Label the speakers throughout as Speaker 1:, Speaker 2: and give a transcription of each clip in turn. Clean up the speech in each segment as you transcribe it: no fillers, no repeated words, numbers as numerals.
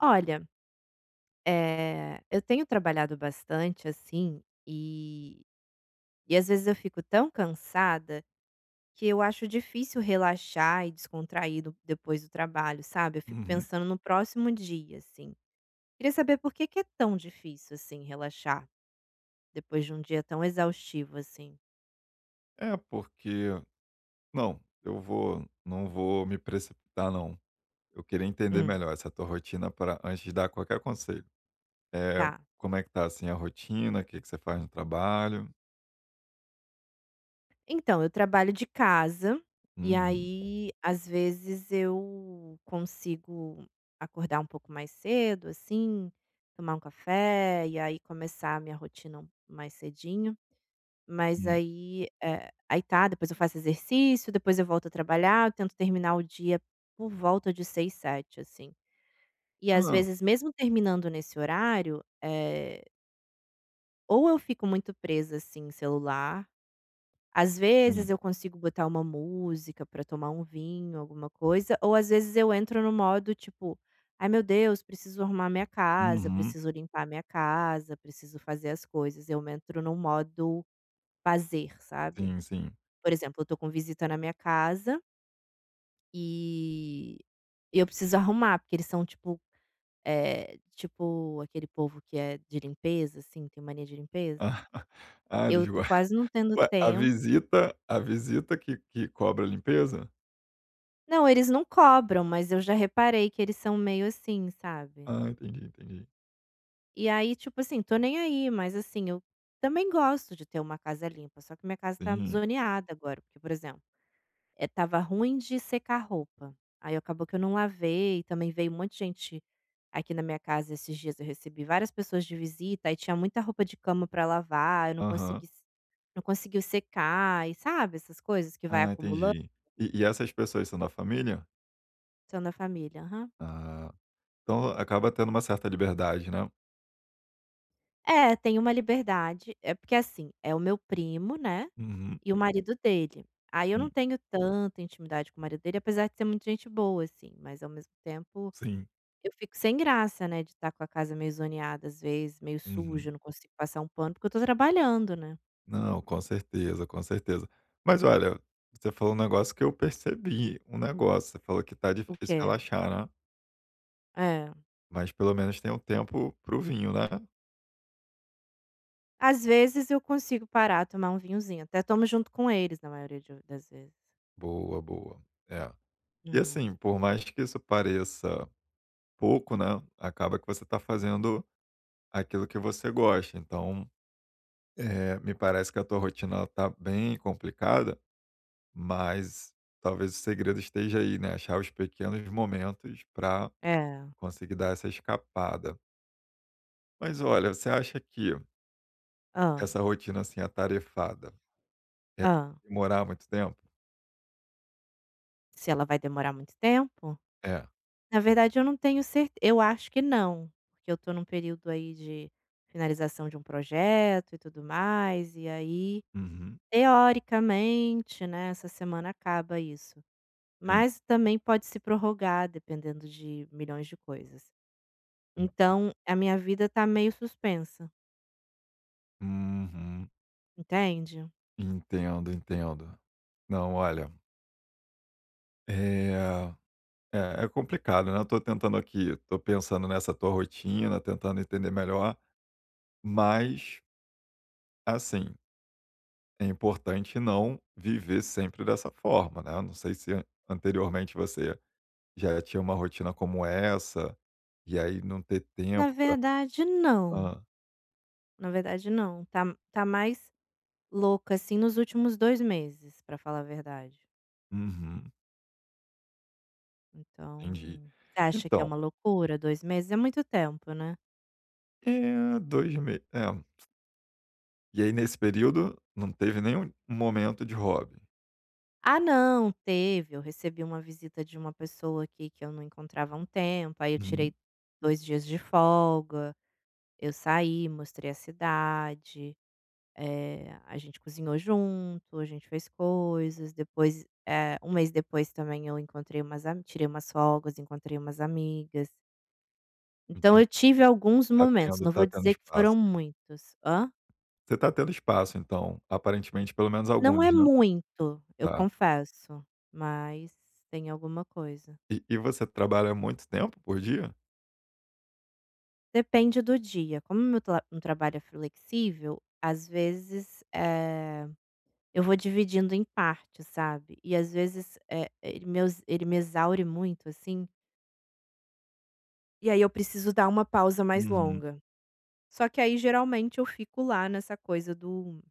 Speaker 1: Olha, eu tenho trabalhado bastante, assim, e às vezes eu fico tão cansada que eu acho difícil relaxar e descontrair do depois do trabalho, sabe. Eu fico
Speaker 2: Uhum.
Speaker 1: pensando no próximo dia, assim. Queria saber por que que é tão difícil, assim, relaxar depois de um dia tão exaustivo, assim?
Speaker 2: É, porque não, eu vou não vou me precipitar não. Eu queria entender
Speaker 1: Hum,
Speaker 2: melhor essa tua rotina para antes de dar qualquer conselho. É.
Speaker 1: tá.
Speaker 2: Como é que tá, assim, a rotina? O que que você faz no trabalho?
Speaker 1: Então, eu trabalho de casa, e
Speaker 2: Uhum,
Speaker 1: aí, às vezes, eu consigo acordar um pouco mais cedo, assim, tomar um café e aí começar a minha rotina mais cedinho. Mas
Speaker 2: hum.
Speaker 1: aí, aí tá, depois eu faço exercício, depois eu volto a trabalhar, eu tento terminar o dia por volta de 6, 7, assim. E às
Speaker 2: Ah,
Speaker 1: vezes, mesmo terminando nesse horário, ou eu fico muito presa, assim, em celular às
Speaker 2: sim.
Speaker 1: vezes eu consigo botar uma música pra tomar um vinho, alguma coisa, ou às vezes eu entro no modo tipo: "Ai meu Deus, preciso arrumar minha casa,
Speaker 2: Uhum.
Speaker 1: preciso limpar minha casa, preciso fazer as coisas". Eu entro no modo fazer, sabe.
Speaker 2: Sim, sim.
Speaker 1: Por exemplo, eu tô com visita na minha casa e eu preciso arrumar, porque eles são tipo, tipo aquele povo que é de limpeza, assim, tem mania de limpeza.
Speaker 2: Ah, ah, eles
Speaker 1: Eu tô
Speaker 2: gos
Speaker 1: quase não tendo
Speaker 2: Ué, a
Speaker 1: tempo.
Speaker 2: visita a visita que cobra a limpeza?
Speaker 1: Não, eles não cobram, mas eu já reparei que eles são meio assim, sabe.
Speaker 2: Ah, entendi, entendi.
Speaker 1: E aí, tipo assim, tô nem aí, mas assim, eu também gosto de ter uma casa limpa, só que minha casa tá
Speaker 2: Sim.
Speaker 1: zoneada agora, porque, por exemplo, tava ruim de secar roupa, aí acabou que eu não lavei, também veio um monte de gente aqui na minha casa esses dias, eu recebi várias pessoas de visita, aí tinha muita roupa de cama pra lavar, eu
Speaker 2: Aham.
Speaker 1: não conseguiu secar e sabe, essas coisas que vai
Speaker 2: Ah,
Speaker 1: acumulando
Speaker 2: entendi. E essas pessoas são da família?
Speaker 1: na família. Aham.
Speaker 2: Ah. Então acaba tendo uma certa liberdade, né.
Speaker 1: É, tem uma liberdade, é porque assim, é o meu primo, né,
Speaker 2: Uhum.
Speaker 1: e o marido dele. Aí eu não
Speaker 2: Sim,
Speaker 1: tenho tanta intimidade com o marido dele, apesar de ser muito gente boa, assim, mas ao mesmo tempo
Speaker 2: sim.
Speaker 1: eu fico sem graça, né, de estar com a casa meio zoneada às vezes, meio
Speaker 2: Uhum.
Speaker 1: suja, não consigo passar um pano, porque eu tô trabalhando, né.
Speaker 2: Não, com certeza, com certeza. Mas olha, você falou um negócio que eu percebi, um negócio, você falou que tá
Speaker 1: O que
Speaker 2: difícil
Speaker 1: é
Speaker 2: relaxar, né,
Speaker 1: é.
Speaker 2: mas pelo menos tem um tempo pro vinho, né.
Speaker 1: Às vezes eu consigo parar, tomar um vinhozinho, até tomo junto com eles na maioria de das vezes.
Speaker 2: Boa, boa. É. E
Speaker 1: Uhum.
Speaker 2: assim, por mais que isso pareça pouco, né, acaba que você tá fazendo aquilo que você gosta, então, me parece que a tua rotina ela tá bem complicada. Mas talvez o segredo esteja aí, né, achar os pequenos momentos para
Speaker 1: É.
Speaker 2: conseguir dar essa escapada. Mas olha, você acha que
Speaker 1: Ah,
Speaker 2: essa rotina, assim, atarefada, ela
Speaker 1: ah.
Speaker 2: demorar muito tempo?
Speaker 1: Se ela vai demorar muito tempo?
Speaker 2: É.
Speaker 1: Na verdade eu não tenho certe eu acho que não, porque eu estou num período aí de finalização de um projeto e tudo mais, e aí,
Speaker 2: Uhum.
Speaker 1: teoricamente, né, essa semana acaba isso.
Speaker 2: Sim.
Speaker 1: Mas também pode se prorrogar dependendo de milhões de coisas.
Speaker 2: Hum.
Speaker 1: Então a minha vida está meio suspensa,
Speaker 2: Uhum.
Speaker 1: entende?
Speaker 2: Entendo, entendo. Não, olha, eh, é complicado, né, eu tô tentando aqui tô pensando nessa tua rotina, tentando entender melhor, mas, assim, é importante não viver sempre dessa forma, né. Eu não sei se an anteriormente você já tinha uma rotina como essa, e aí não ter
Speaker 1: Na
Speaker 2: tempo para.
Speaker 1: verdade não,
Speaker 2: Hã.
Speaker 1: na verdade não, tá mais louca, assim, nos últimos 2 meses, pra falar a verdade.
Speaker 2: Uhum, entendi.
Speaker 1: Então, você acha que é
Speaker 2: Então,
Speaker 1: uma loucura 2 meses? É muito tempo, né.
Speaker 2: é 2 me é. E aí nesse período não teve nenhum momento de hobby?
Speaker 1: Ah não, teve, eu recebi uma visita de uma pessoa aqui que eu não encontrava há um tempo, aí eu
Speaker 2: Uhum,
Speaker 1: tirei 2 dias de folga, eu saí, mostrei a cidade, a gente cozinhou junto, a gente fez coisas, depois, 1 mês depois também eu encontrei umas ami tirei umas folgas, encontrei umas amigas. Então
Speaker 2: entendi.
Speaker 1: eu tive alguns
Speaker 2: Tá
Speaker 1: momentos,
Speaker 2: tendo
Speaker 1: não
Speaker 2: tá
Speaker 1: vou
Speaker 2: tendo
Speaker 1: dizer que foram
Speaker 2: espaço.
Speaker 1: muitos. Hã?
Speaker 2: Você tá tendo espaço então, aparentemente pelo menos
Speaker 1: Não
Speaker 2: alguns,
Speaker 1: é
Speaker 2: né.
Speaker 1: muito, eu
Speaker 2: Tá.
Speaker 1: confesso, mas tem alguma coisa.
Speaker 2: E você trabalha muito tempo por dia?
Speaker 1: Depende do dia, como meu tra um trabalho é flexível, às vezes, eu vou dividindo em partes, sabe. E às vezes, ele me exaure muito, assim, e aí eu preciso dar uma pausa mais
Speaker 2: Uhum.
Speaker 1: longa. Só que aí geralmente eu fico lá nessa coisa do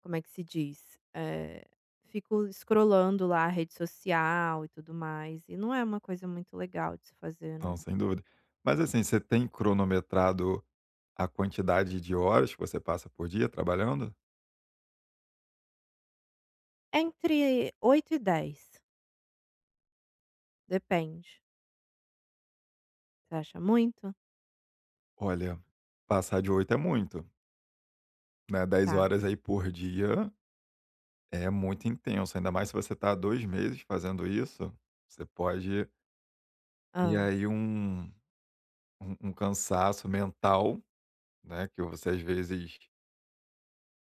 Speaker 1: como é que se diz? Fico scrollando lá a rede social e tudo mais, e não é uma coisa muito legal de se fazer,
Speaker 2: Não,
Speaker 1: né.
Speaker 2: sem dúvida. Mas assim, você tem cronometrado a quantidade de horas que você passa por dia trabalhando?
Speaker 1: Entre 8 e 10 depende. Você acha muito?
Speaker 2: Olha, passar de 8 é muito, né? 10
Speaker 1: Tá.
Speaker 2: horas aí por dia é muito intenso, ainda mais se você está há 2 meses fazendo isso, você pode ter
Speaker 1: ah
Speaker 2: aí um cansaço mental, né, que você às vezes,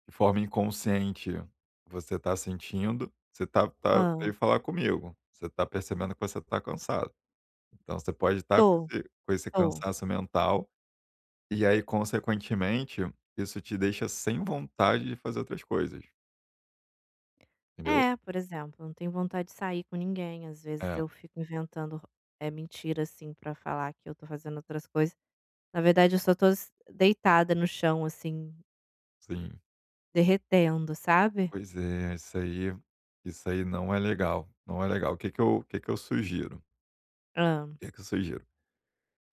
Speaker 2: de forma inconsciente, você está sentindo. Você está está
Speaker 1: ah
Speaker 2: veio falar comigo, você está percebendo que você está cansado. Então você pode estar com
Speaker 1: Tô,
Speaker 2: esse
Speaker 1: tô.
Speaker 2: cansaço mental, e aí consequentemente, isso te deixa sem vontade de fazer outras coisas, entendeu?
Speaker 1: É, por exemplo, não tenho vontade de sair com ninguém, às vezes
Speaker 2: É,
Speaker 1: eu fico inventando é mentira, assim, pra falar que eu tô fazendo outras coisas. Na verdade eu só tô s deitada no chão, assim,
Speaker 2: sim.
Speaker 1: derretendo, sabe.
Speaker 2: Pois é, isso aí não é legal, não é legal. O que que eu sugiro?
Speaker 1: ah
Speaker 2: O que que eu sugiro?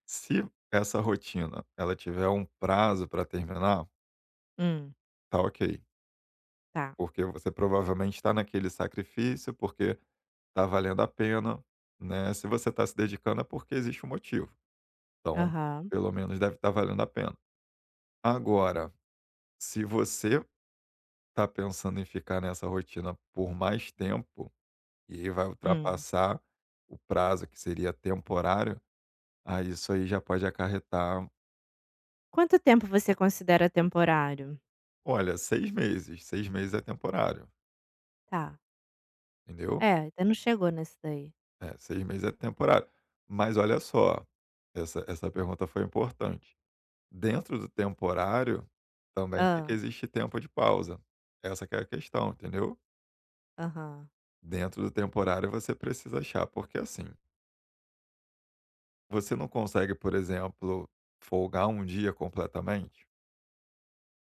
Speaker 2: Se essa rotina, ela tiver um prazo para terminar,
Speaker 1: Hum,
Speaker 2: tá ok,
Speaker 1: tá.
Speaker 2: porque você provavelmente está naquele sacrifício, porque tá valendo a pena, né, se você está se dedicando é porque existe um motivo. Então,
Speaker 1: Aham.
Speaker 2: pelo menos deve estar valendo a pena. Agora, se você está pensando em ficar nessa rotina por mais tempo, e aí vai
Speaker 1: Hum.
Speaker 2: ultrapassar o prazo que seria temporário, aí isso aí já pode acarretar,
Speaker 1: Quanto tempo você considera temporário?
Speaker 2: olha, 6 meses, 6 meses é temporário,
Speaker 1: Tá.
Speaker 2: entendeu?
Speaker 1: É, ainda não chegou nesse daí.
Speaker 2: É, 6 meses é temporário. Mas olha só, essa pergunta foi importante. Dentro do temporário, também tem que
Speaker 1: ah
Speaker 2: existir tempo de pausa. Essa que é a questão, entendeu?
Speaker 1: Aham.
Speaker 2: Dentro do temporário você precisa achar, porque assim, você não consegue, por exemplo, folgar um dia completamente,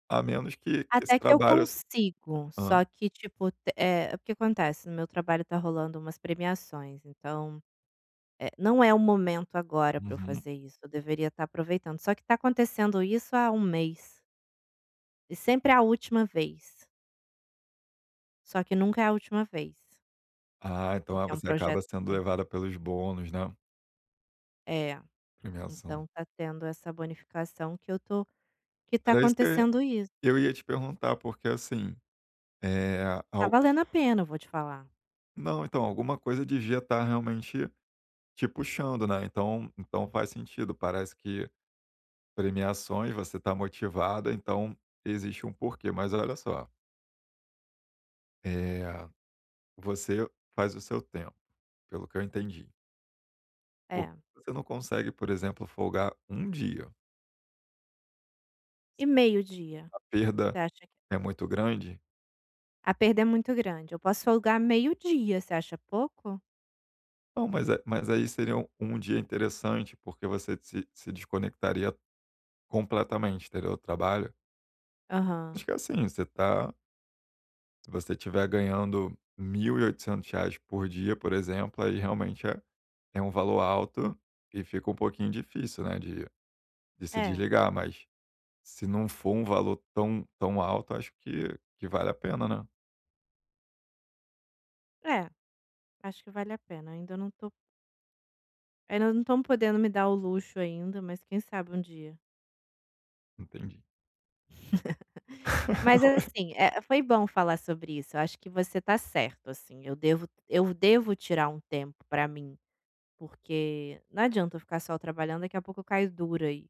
Speaker 2: a menos que esse
Speaker 1: Até que eu
Speaker 2: trabalho s
Speaker 1: consigo, só que tipo, o que acontece, no meu trabalho tá rolando umas premiações, então, não é o momento agora pra eu
Speaker 2: Uhum.
Speaker 1: fazer isso, eu deveria estar aproveitando. Só que tá acontecendo isso há um mês, e sempre é a última vez, só que nunca é a última vez,
Speaker 2: Ah, então, ah,
Speaker 1: porque é um
Speaker 2: você acaba
Speaker 1: projeto que
Speaker 2: sendo
Speaker 1: tem
Speaker 2: levada pelos bônus, né,
Speaker 1: é,
Speaker 2: premiação.
Speaker 1: então tá tendo essa bonificação que eu tô que tá
Speaker 2: Era isso que
Speaker 1: acontecendo isso.
Speaker 2: eu ia te perguntar, porque assim, eh,
Speaker 1: Tá
Speaker 2: al
Speaker 1: valendo a pena, eu vou te falar.
Speaker 2: não, então, alguma coisa devia estar realmente te puxando, né, então então faz sentido, parece que premiações, você está motivada, então existe um porquê. Mas olha só, eh. Você faz o seu tempo, pelo que eu entendi. Porque
Speaker 1: É.
Speaker 2: você não consegue, por exemplo, folgar um dia.
Speaker 1: E meio-dia,
Speaker 2: A perda
Speaker 1: você acha.
Speaker 2: é muito grande?
Speaker 1: A perda é muito grande. Eu posso folgar meio-dia, você acha pouco?
Speaker 2: Não, mas a mas aí seria um dia interessante, porque você se desconectaria completamente, teria o trabalho. Acho
Speaker 1: Aham.
Speaker 2: que é assim, você tá se você estiver ganhando mil e oitocentos 1.800 por dia, por exemplo, aí realmente é um valor alto e fica um pouquinho difícil, né, de se
Speaker 1: É,
Speaker 2: desligar, mas se não for um valor tão tão alto, acho que vale a pena, né.
Speaker 1: é, acho que vale a pena. Ainda não tô ainda não estão podendo me dar o luxo ainda, mas quem sabe um dia.
Speaker 2: Entendi.
Speaker 1: Mas assim, foi bom falar sobre isso. Eu acho que você tá certo, assim, eu devo tirar um tempo pra mim, porque não adianta eu ficar só trabalhando, daqui a pouco eu caio dura aí.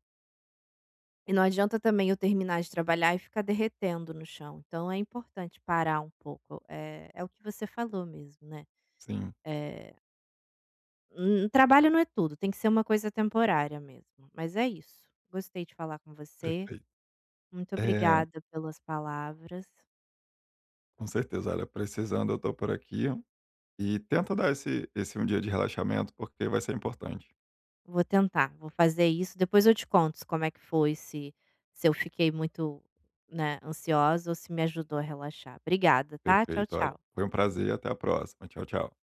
Speaker 1: E não adianta também eu terminar de trabalhar e ficar derretendo no chão. Então é importante parar um pouco. É o que você falou mesmo, né.
Speaker 2: Sim,
Speaker 1: Eh, trabalho não é tudo, tem que ser uma coisa temporária mesmo, mas é isso. Gostei de falar com você,
Speaker 2: perfeito.
Speaker 1: muito
Speaker 2: É,
Speaker 1: obrigada pelas palavras.
Speaker 2: com certeza. Olha, precisando eu estou por aqui e tenta dar esse um dia de relaxamento, porque vai ser importante.
Speaker 1: Vou tentar, vou fazer isso, depois eu te conto como é que foi, se eu fiquei muito, né, ansiosa ou se me ajudou a relaxar. Obrigada, tá? Tchau,
Speaker 2: Perfeito, olha,
Speaker 1: tchau.
Speaker 2: foi um prazer e até a próxima. Tchau, tchau.